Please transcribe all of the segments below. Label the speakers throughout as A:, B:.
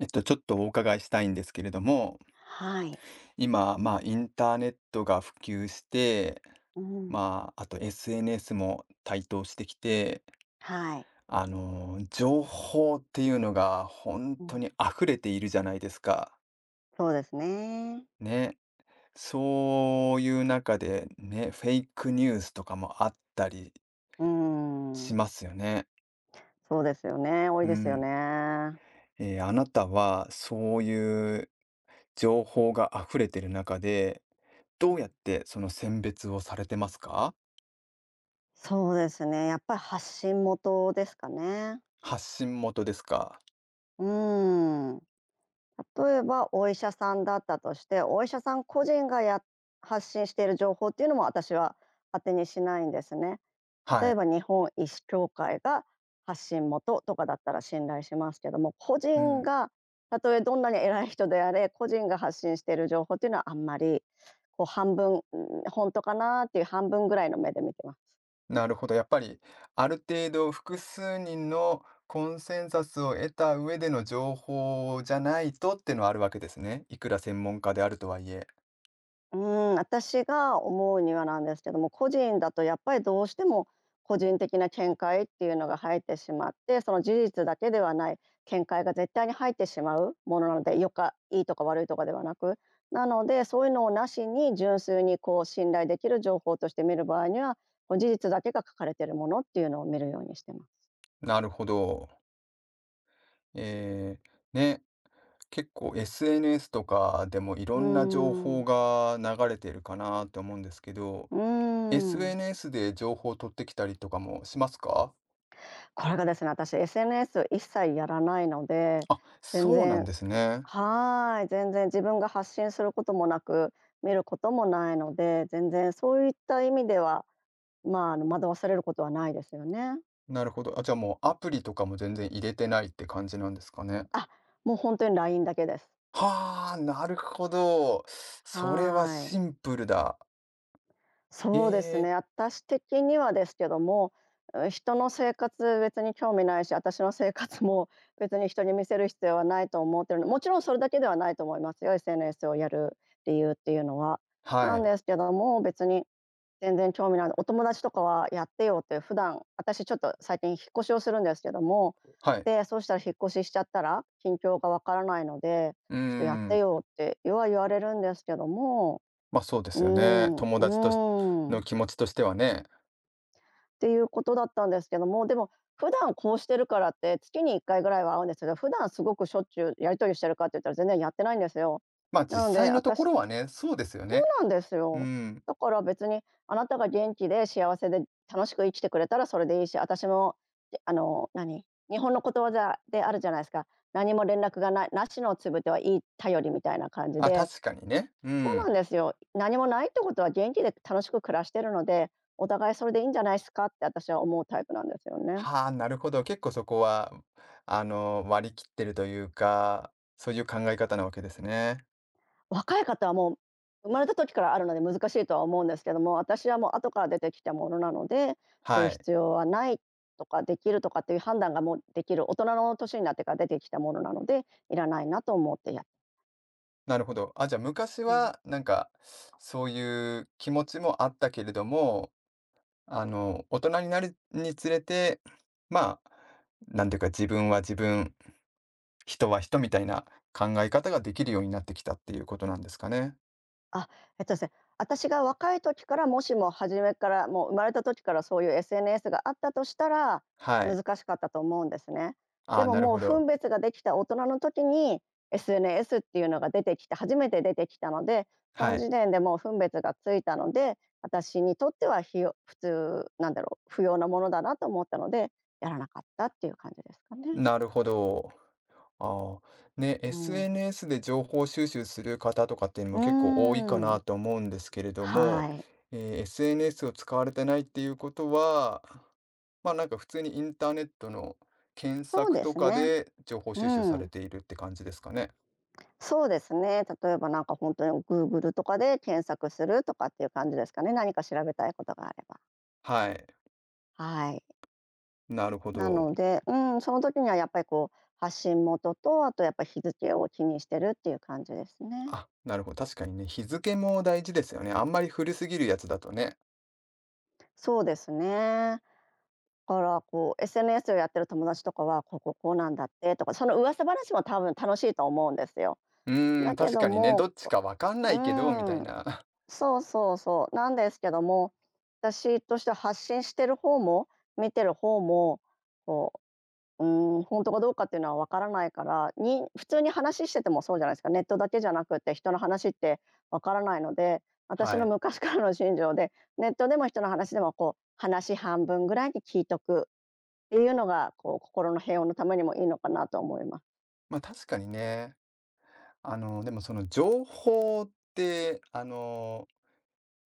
A: ちょっとお伺いしたいんですけれども、
B: はい。
A: 今、インターネットが普及して、
B: うん。
A: あと SNS も台頭してきて、
B: はい。
A: 情報っていうのが本
B: う
A: 当
B: ん。
A: に溢れているじゃないですか。
B: そうですね。
A: ね。そういう中で、ね、フェイクニュースとかもあったり
B: う
A: し
B: ん。
A: ますよね。
B: そうですよね。多い
A: う
B: ですよ
A: ん。
B: ね。
A: あなたはそういう情報が溢れてる中で、ど
B: う
A: うやっ
B: ん。
A: てその選別をされてますか？
B: そうですね。やっぱり発信元ですかね。
A: 発信元ですか？
B: うん。例えばお医者さんだったとして、お医者さん個人が発信している情報っていうのも私は当てにしないんですね。例
A: は
B: え
A: い。
B: ば日本医師協会が発信元とかだったら信頼しますけども、個
A: う
B: 人
A: ん、
B: がたとえどんなに偉い人であれ個人が発信している情報っていうのはあんまりこう半分、本当かなっていう半分ぐらいの目で見てます。
A: なるほど、やっぱりある程度複数人のコンセンサスを得た上での情報じゃないとっていうのはあるわけですね。いくら専門家であるとはいえ。
B: うん、私が思うにはなんですけども、個人だとやっぱりどうしても個人的な見解っていうのが入ってしまって、その事実だけではない見解が絶対に入ってしまうものなので、いいとか悪いとかではなく、なので、そういうのをなしに純粋にこう信頼できる情報として見る場合には、こう事実だけが書かれているものっていうのを見るようにしてます。
A: なるほど。えーね、結構 SNS とかでもい
B: う
A: ろ
B: ー
A: んな情報
B: ん、
A: が流れてるかなと思うんですけど、
B: うーん。
A: SNS で情報を取ってきたりとかもしますか？
B: これがですね、私 SNS 一切やらないので、
A: あ、
B: 全
A: そうなん
B: 然、
A: ですね。
B: はーい、全然自分が発信することもなく、見ることもないので、全然そういった意味では、まあ、惑わされることはないですよね。
A: なるほど。あ、じゃあもうアプリとかも全然入れてないって感じなんですかね。
B: あ、もう本当に LINE だけです。
A: はあ、なるほど。それは
B: はーい。
A: シンプルだ。え
B: そうです
A: え、
B: ね、私的にはですけども、人の生活別に興味ないし、私の生活も別に人に見せる必要はないと思ってるの、もちろんそれだけではないと思いますよ、SNS をやる理由っていうのは。
A: は
B: なん
A: い、
B: ですけども、別に全然興味ないの。お友達とかはやってよって普段、私ちょっと最近引っ越しをするんですけども、
A: はい。
B: で、そうしたら引っ越ししちゃったら、近況がわからないので、
A: うー
B: ちょっとやって
A: ん、
B: よっては言われるんですけども、
A: そうで
B: う
A: す
B: ー
A: よね。
B: ん、う
A: 友達とし
B: ー
A: の気
B: っ
A: 持ちとしてはね。
B: ていうことだったんですけども、でも普段こうしてるからって、月に1回ぐらいは会うんですけど、普段すごくしょっちゅうやり取りしてるかって言ったら全然やってないんですよ。
A: 実
B: なので、
A: 際のところはね、そうですよ
B: そ
A: ね。
B: うなんです
A: う
B: よ。
A: ん。
B: だから別にあなたが元気で幸せで楽しく生きてくれたらそれでいいし、私も、で日本のことわざであるじゃないですか。何も連絡がない、なしのつぶてはいい頼りみたいな感じ
A: あ、
B: で、
A: 確かにね。う
B: そうなん
A: ん。
B: ですよ。何もないってことは元気で楽しく暮らしてるので、お互いそれでいいんじゃないですかって私は思うタイプなんですよね。
A: はあ、なるほど。結構そこは、割り切ってるというか、そういう考え方なわけですね。
B: 若い方はもう、生まれた時からあるので難しいとは思うんですけども、私はもう後から出てきたものなので、す
A: は
B: る
A: い。
B: 必要はないとか、できるとかっていう判断がもうできる、大人の年になってから出てきたものなので、いらないなと思ってやっ
A: なるほど。あ、じゃあ昔
B: うん。
A: は、なんか、そういう気持ちもあったけれども、大人になるにつれて、まあ、なんていうか、自分は自分、人は人みたいな考え方ができるようになってきたっていうことなんですかね。
B: あ、えっとですね、私が若い時から、もしも初めから、もう生まれた時からそういう SNS があったとしたら、
A: はい。
B: 難しかったと思うんですね。
A: あ
B: で
A: あ、
B: も、
A: なる
B: も
A: ほ
B: う分
A: ど。
B: 別ができた大人の時に、SNS っていうのが出てきて、初めて出てきたので、そ
A: は
B: の時
A: い。
B: 点でもう分別がついたので、私にとっては普通、なんだろう、不要なものだなと思ったので、やらなかったっていう感じですかね。
A: なるほど。ああ、ね、
B: うん。
A: SNS で情報収集する方とかっていうのも
B: うー
A: 結構多いかな
B: ん。
A: と思うんですけれども、
B: はい。
A: SNS を使われてないっていうことは、まあなんか普通にインターネットの検
B: そう
A: 索
B: で
A: と
B: す
A: か
B: ね。
A: で情報
B: う
A: 収集され
B: ん。
A: ているって感じですかね。
B: そうですね。例えばなんか本当にグーグルとかで検索するとかっていう感じですかね。何か調べたいことがあれば。
A: はい。
B: はい。
A: なるほ
B: な
A: ど。
B: ので、その時にはやっぱりこう発信元と、あとやっぱ日付を気にしてるっていう感じですね。
A: あ、なるほど。確かにね、日付も大事ですよね。あんまり古すぎるやつだとね。
B: そうですね。だからこう SNS をやってる友達とかは、こうこうこうなんだってとか、その噂話も多分楽しいと思うんですよ。
A: うーん、
B: だけ
A: 確
B: ど
A: かにね、ど
B: も
A: っちかわかんな
B: う
A: いけど、みた
B: ー
A: い
B: ん。
A: な。
B: そうそうそう。なんですけども、私としては発信してる方も、見てる方も、こう、う本当かどうかっていうのはわからないから、普通に話しててもそうじゃないですか。ネットだけじゃなくて、人の話ってわからないので、私
A: は
B: の
A: い。
B: 昔からの信条で、ネットでも人の話でも、こう、話半分ぐらいに聞いとくっていうのが、こう、心の平穏のためにもいいのかなと思います。
A: まあ確かにね。でもその情報って、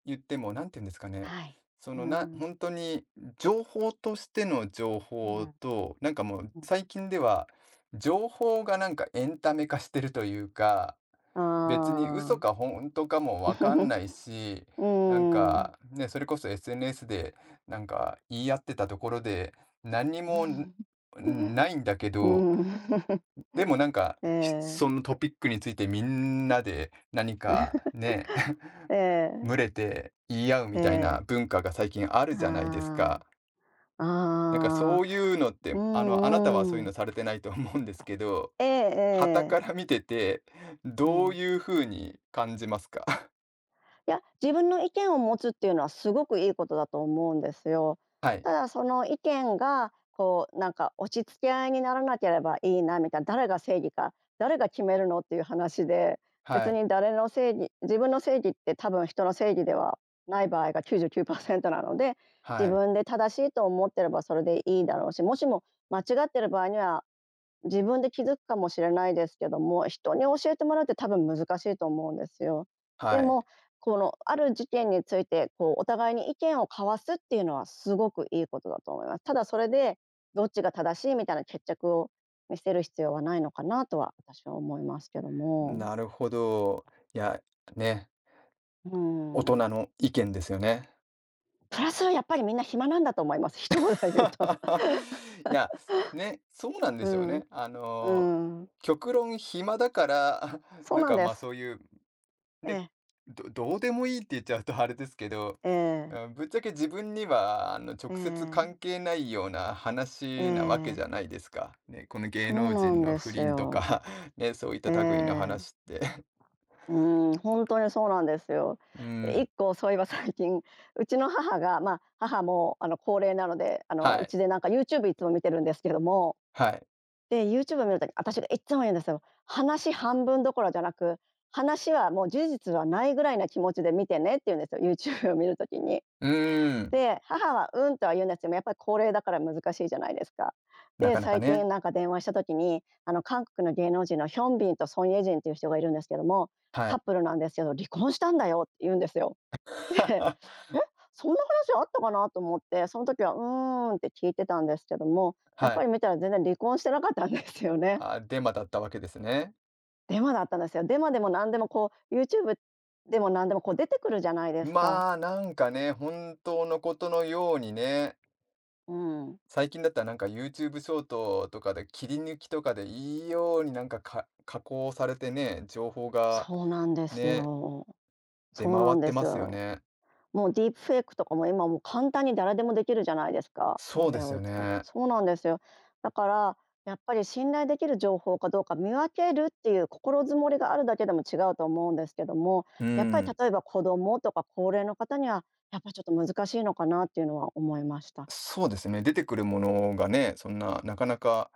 A: 言っても、なんて言うんですかね、
B: はい。
A: その、
B: う
A: 本
B: ん。
A: 当に情報としての情
B: う
A: 報
B: ん、
A: と、なんかもう
B: うん。
A: 最近では、情報がなんかエンタメ化してるというか、
B: あ
A: 別に嘘
B: あ。
A: か本当かもわかんない し、
B: う
A: なん
B: ん。
A: か、ね、それこそ SNS でなんか言い合ってたところで、何に
B: う
A: も、ん、
B: ん。
A: ないんだけ
B: う
A: ど
B: ん。
A: でもなんか、
B: ええ。
A: そのトピックについてみんなで何かね、
B: ええ、
A: 群れて言い合う
B: え
A: みたい
B: え。
A: な文化が最近ある
B: あ
A: じゃないです
B: あ、
A: か。なんかそ
B: ああ。
A: ういうのっ
B: う
A: て、あなたはそうい
B: ん
A: う
B: う
A: の
B: ん。
A: されてないと思うんですけど、
B: ええ
A: 旗
B: え
A: か
B: え。
A: ら見てて、
B: う
A: どう
B: ん。
A: いう風に感じますか？
B: いや、自分の意見を持つっていうのはすごくいいことだと思うんですよ。
A: はい、
B: ただその意見がこうなんか押し付け合いにならなければいいなみたいな、誰が正義か、誰が決めるのっていう話で、
A: は
B: 別
A: い、
B: に誰の正義、自分の正義って多分人の正義ではない場合が99%なので、自
A: はい、
B: 分で正しいと思ってればそれでいいだろうし、もしも間違ってる場合には自分で気づくかもしれないですけども、人に教えてもらうって多分難しいと思うんですよ。
A: は
B: で
A: い。
B: も、このある事件について、こうお互いに意見を交わすっていうのはすごくいいことだと思います。ただそれで、どっちが正しいみたいな決着を見せる必要はないのかなとは私は思いますけども。
A: なるほど。いや、ね、
B: う
A: 大人
B: ん。
A: の意見ですよね。
B: プラスやっぱりみんな暇なんだと思います。一言で言うと。
A: いや、ね、そうなんで
B: う
A: すよ
B: ん、
A: ね。
B: うん。
A: 極論暇だから、
B: そう
A: なん
B: なん
A: か、
B: です。
A: そういう、
B: え
A: ね、
B: え、
A: どうでもいいって言っちゃうとあれですけど、
B: え
A: う
B: え、
A: ん、ぶっちゃけ自分には、直
B: え
A: 接
B: え、
A: 関係ないような
B: え
A: 話なわけじゃ
B: え。
A: ないですか。ね、この芸
B: そ
A: 能
B: うな
A: 人
B: ん
A: の
B: で
A: 不
B: す
A: 倫と
B: よ。
A: か、ね、そういった
B: え
A: 類の
B: え、
A: 話って。
B: うん、本当にそうなんですよ。
A: うー
B: で、一
A: ん、
B: 個そういえば 最近、うちの母が、まあ、母もあの高齢なので、あの
A: は
B: う
A: い、
B: ちでなんか YouTube いつも見てるんですけども、
A: はい。
B: で、YouTube 見るとに私がいつも言うんですよ。話半分どころじゃなく、話はもう事実はないぐらいな気持ちで見てねって言うんですよ、YouTube を見るときに。
A: うーん、
B: で、母は「うん」とは言うんですけども、やっぱり高齢だから難しいじゃないですか。
A: な
B: で、
A: かなか
B: 最
A: ね、
B: 近なんか電話した時に、韓国の芸能人のヒョンビンとソン・イェジンっていう人がいるんですけども、
A: は
B: カ
A: い。
B: ップルなんですけど「離婚したんだよ」って言うんですよ。で、え、そんな話あったかなと思って、その時は「うーん」って聞いてたんですけども、やっ
A: は
B: ぱ
A: い。
B: り見たら全然離婚してなかったんですよね。
A: あ、デマだったわけですね。
B: デマだったんですよ。デマでも何でもこう、YouTube でも何でもこう出てくるじゃないですか。
A: まあ、なんかね、本当のことのようにね、
B: うん。
A: 最近だったらなんか YouTube ショートとかで切り抜きとかでいいようになんか、加工されてね、情報が
B: そうなんです
A: ね、
B: よ。
A: 出
B: そう
A: 回
B: なん
A: って
B: です
A: ますよ
B: よ。
A: ね。
B: もうディープフェイクとかも今もう簡単に誰でもできるじゃないですか、
A: そうで
B: AI
A: すよ
B: を使って。
A: ね。
B: そうなんですよ。だから、やっぱり信頼できる情報かどうか見分けるっていう心づもりがあるだけでも違うと思うんですけども、
A: う
B: やっぱり
A: ん。
B: 例えば子どもとか高齢の方には、やっぱちょっと難しいのかなっていうのは思いました。
A: そうですね。出てくるものがね、そんな、なかなか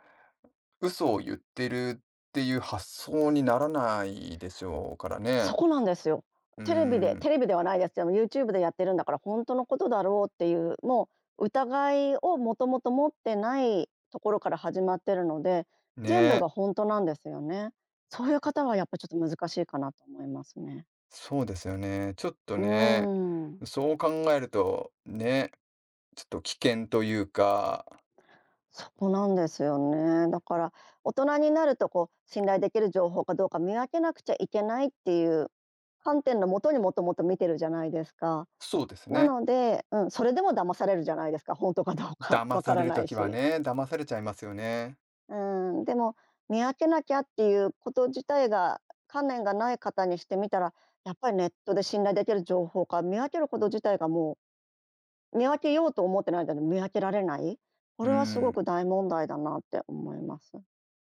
A: 嘘を言ってるっていう発想にならないでしょうから
B: そ
A: ね。
B: こなんですよ。
A: う
B: テレビで
A: ん。
B: テレビではないですけど、YouTube でやってるんだから、本当のことだろうっていう、もう疑いをもともと持ってないところから始まってるので、全部
A: ね。
B: が本当なんですよね。そういう方はやっぱちょっと難しいかなと思いますね。
A: そうですよね。ちょっと
B: う
A: ね、
B: ーん。
A: そう考えると、ね、ちょっと危険というか、
B: そこなんですよね。だから、大人になるとこう、信頼できる情報かどうか見分けなくちゃいけないっていう観点のもとにもともと見てるじゃないですか。
A: そうです
B: な
A: ね。
B: ので、うん、それでも騙されるじゃないですか、本当かどうか
A: 騙
B: わ
A: さ
B: から
A: れる
B: な
A: と
B: い
A: きは
B: し。
A: ね、騙されちゃいますよね。
B: うん、でも、見分けなきゃっていうこと自体が、観念がない方にしてみたら、やっぱりネットで信頼できる情報か見分けること自体がもう、見分けようと思ってないので見分けられない、
A: う
B: これはすご
A: ん、
B: く大問題だなって思います。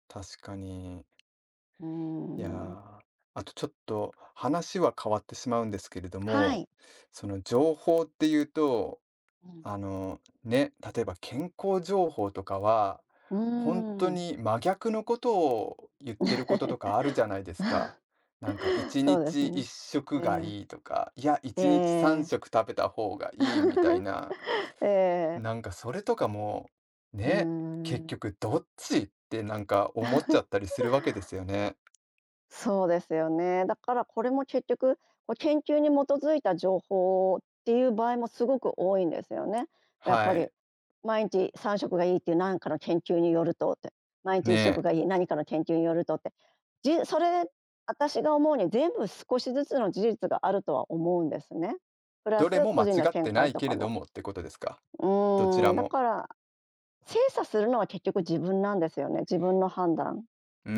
A: 確かに。
B: う
A: いや
B: ん。
A: ー、あとちょっと話は変わってしまうんですけれど
B: は
A: も、
B: い。
A: その情報っていうと
B: うん。
A: ね、例えば健康情報とかは、
B: う
A: 本当
B: ん
A: に真逆のことを言ってることとかあ るじゃないですか。なんか1
B: そうです
A: 日1
B: ね。え
A: 食がいい
B: え。
A: とか、いや、
B: え
A: 1日3
B: え
A: 食食べた方がいいみたいな、
B: ええ。
A: なんかそれとかも、
B: う
A: ね、結
B: ん。
A: 局どっちってなんか思っちゃっ たりするわけですよね。
B: そうですよね。だからこれも結局、こう研究に基づいた情報っていう場合もすごく多いんですよね。やっぱ
A: は
B: り
A: い。
B: 毎日3食がいいっていう何かの研究によるとって、毎日1
A: ね
B: 食
A: え、
B: がいい何かの研究によるとって、それ私が思うに全部少しずつの事実があるとは思うんですね。プラ
A: どれ
B: ス
A: も
B: 個
A: 間違
B: 人の
A: っ
B: 見
A: てな
B: 解
A: い
B: と
A: け
B: か
A: れど
B: も。
A: もってことですか？
B: う
A: どち
B: ー
A: ら
B: ん、だ
A: も。
B: から精査するのは結局自分なんですよね、自分の判断。
A: うー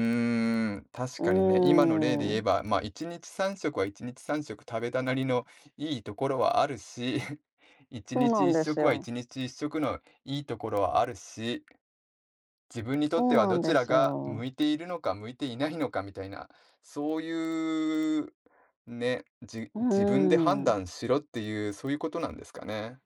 A: ん、確
B: う
A: かにね、今の例で
B: ー
A: 言え
B: ん、
A: ば、まあ、1日3食は1日3食食べたなりのいいところはあるし、1
B: そう
A: 日
B: な
A: 1
B: んです
A: 食は
B: よ。
A: 1日1食のいいところはあるし、自分にとっ
B: そ
A: て
B: う
A: は
B: な
A: ど
B: ん
A: ち
B: で
A: ら
B: す
A: が
B: よ。
A: 向いているのか向いていないのかみたいな、そういう、ね、
B: う
A: 自分で判
B: ん。
A: 断しろっていう、そういうことなんですかね。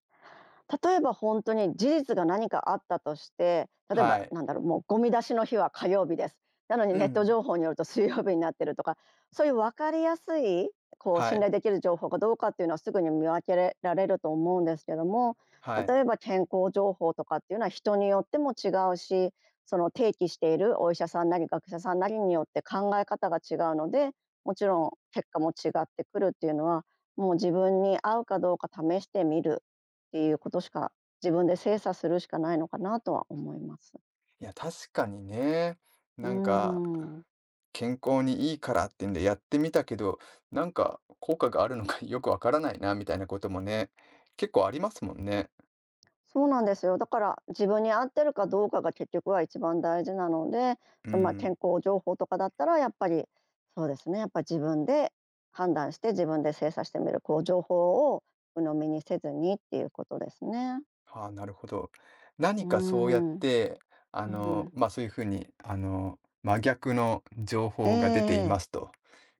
B: 例えば本当に事実が何かあったとして、例え
A: は
B: ば
A: い。
B: なんだろう、もうゴミ出しの日は火曜日です。なのに
A: う
B: ネット
A: ん。
B: 情報によると水曜日になってるとか、そういう分かりやすい、こう
A: は
B: 信
A: い。
B: 頼できる情報かどうかっていうのはすぐに見分けられると思うんですけども、
A: はい。
B: 例えば健康情報とかっていうのは人によっても違うし、その提起しているお医者さんなり学者さんなりによって考え方が違うので、もちろん結果も違ってくるっていうのは、もう自分に合うかどうか試してみるていうことしか、自分で精査するしかないのかなとは思います。
A: いや、確かにね。
B: うー
A: なんか
B: ん、
A: 健康にいいからってんでやってみたけど、なんか効果があるのか よくわからないなみたいなこともね、結構ありますもんね。
B: そうなんですよ。だから自分に合ってるかどうかが結局は一番大事なので、
A: う
B: その、ま、健
A: ん。
B: 康情報とかだったらやっぱり、そうですね、やっぱり自分で判断して自分で精査してみる、こう情報を鵜呑みにせずにっていうことですね。
A: ああ、なるほど。
B: う
A: 何
B: ー
A: かそうやっ
B: ん、
A: て、
B: うん。
A: そういう風に、真逆の情
B: ええ
A: 報が出てい
B: え
A: ま
B: え。
A: すと。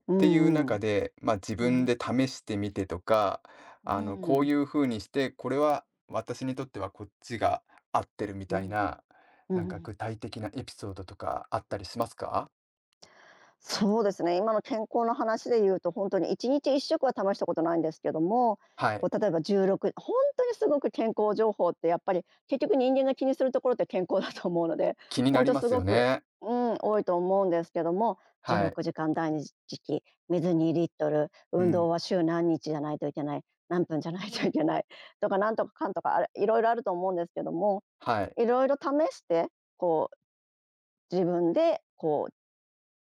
B: う
A: っていう
B: んう
A: 中
B: ん。
A: で、自
B: う
A: 分
B: ん。
A: で試してみてとか、
B: う
A: こう
B: ん。
A: いう風にして、これは私にとってはこっちが合ってるみ
B: う
A: たい
B: ん。
A: な、
B: う
A: なんか
B: ん。
A: 具体的なエピソードとかあったりしますか？
B: そうですね、今の健康の話で言うと、本当に1日1食は試したことないんですけども、
A: は
B: こ
A: い。
B: う例えば16本当にすごく健康情報ってやっぱり結局人間が気にするところって健康だと思うので、
A: 気にな
B: 本
A: り
B: 当
A: ま
B: す
A: す
B: ご
A: よ
B: く、
A: ね。
B: うん、多いと思うんですけども、16
A: はい。
B: 時間第二時期、水2リットル、
A: う
B: 運動
A: ん。
B: は週何日じゃないといけない、何分じゃないといけないとか、なんとかかんとか、あれ色々あると思うんですけども、
A: はい。
B: 色々試して、こう自分でこう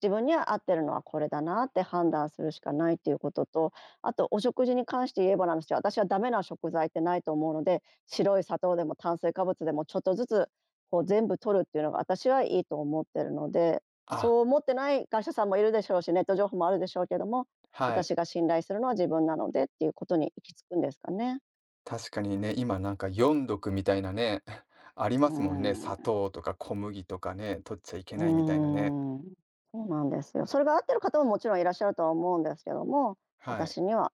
B: 自分には合ってるのはこれだなって判断するしかないっていうことと、あとお食事に関して言えばなんですけど、私はダメな食材ってないと思うので、白い砂糖でも炭水化物でもちょっとずつこう全部取るっていうのが私はいいと思ってるので、
A: あ、
B: そう思ってない会社さんもいるでしょうしね、ネット情報もあるでしょうけども、
A: はい。
B: 私が信頼するのは自分なのでっていうことに行き着くんですかね。
A: 確かにね、今なんか四読みたいなね、ありま
B: う
A: すもんね。
B: ー
A: 砂
B: ん。
A: 糖とか小麦とかね、取っちゃいけ
B: うー
A: ないみたいなね。
B: ん、そうなんですよ。それが合ってる方ももちろんいらっしゃるとは思うんですけども、
A: はい。
B: 私には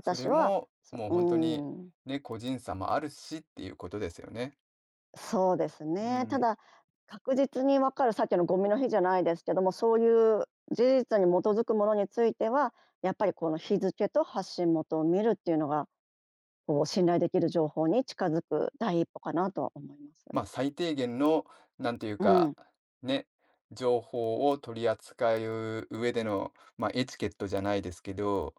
A: それ
B: は、
A: も、
B: そ
A: もう
B: う
A: 本当に、
B: ん、
A: ね、個人差もあるしっていうことですよね。
B: そうです
A: う
B: ね。た
A: ん。
B: だ、確実に分かるさっきのゴミの日じゃないですけども、そういう事実に基づくものについては、やっぱりこの日付と発信元を見るっていうのが、こう信頼できる情報に近づく第一歩かなとは思います。
A: 最低限の、なんていう
B: う
A: か、
B: ん、
A: ね、情報を取り扱う上での、エチケットじゃないですけど、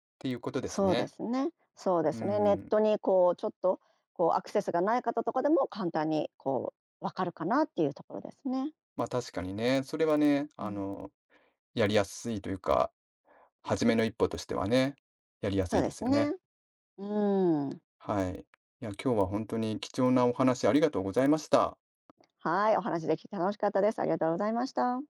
A: っていうことです
B: そうで
A: ね。
B: すね。そうで
A: うー
B: すね。ネッ
A: ん。
B: トにこうちょっとこうアクセスがない方とかでも簡単にこう分かるかなっていうところですね。
A: ま、確かにね、それはね、
B: うん、
A: やりやすいというか、初めの一歩としてはね、やりやす
B: そ
A: い
B: う
A: で
B: で
A: す
B: す
A: よね。
B: ね。うん。
A: はい。いや、今日は本当に貴重なお話ありがとうございました。
B: はい、お話しできて楽しかったです。ありがとうございました。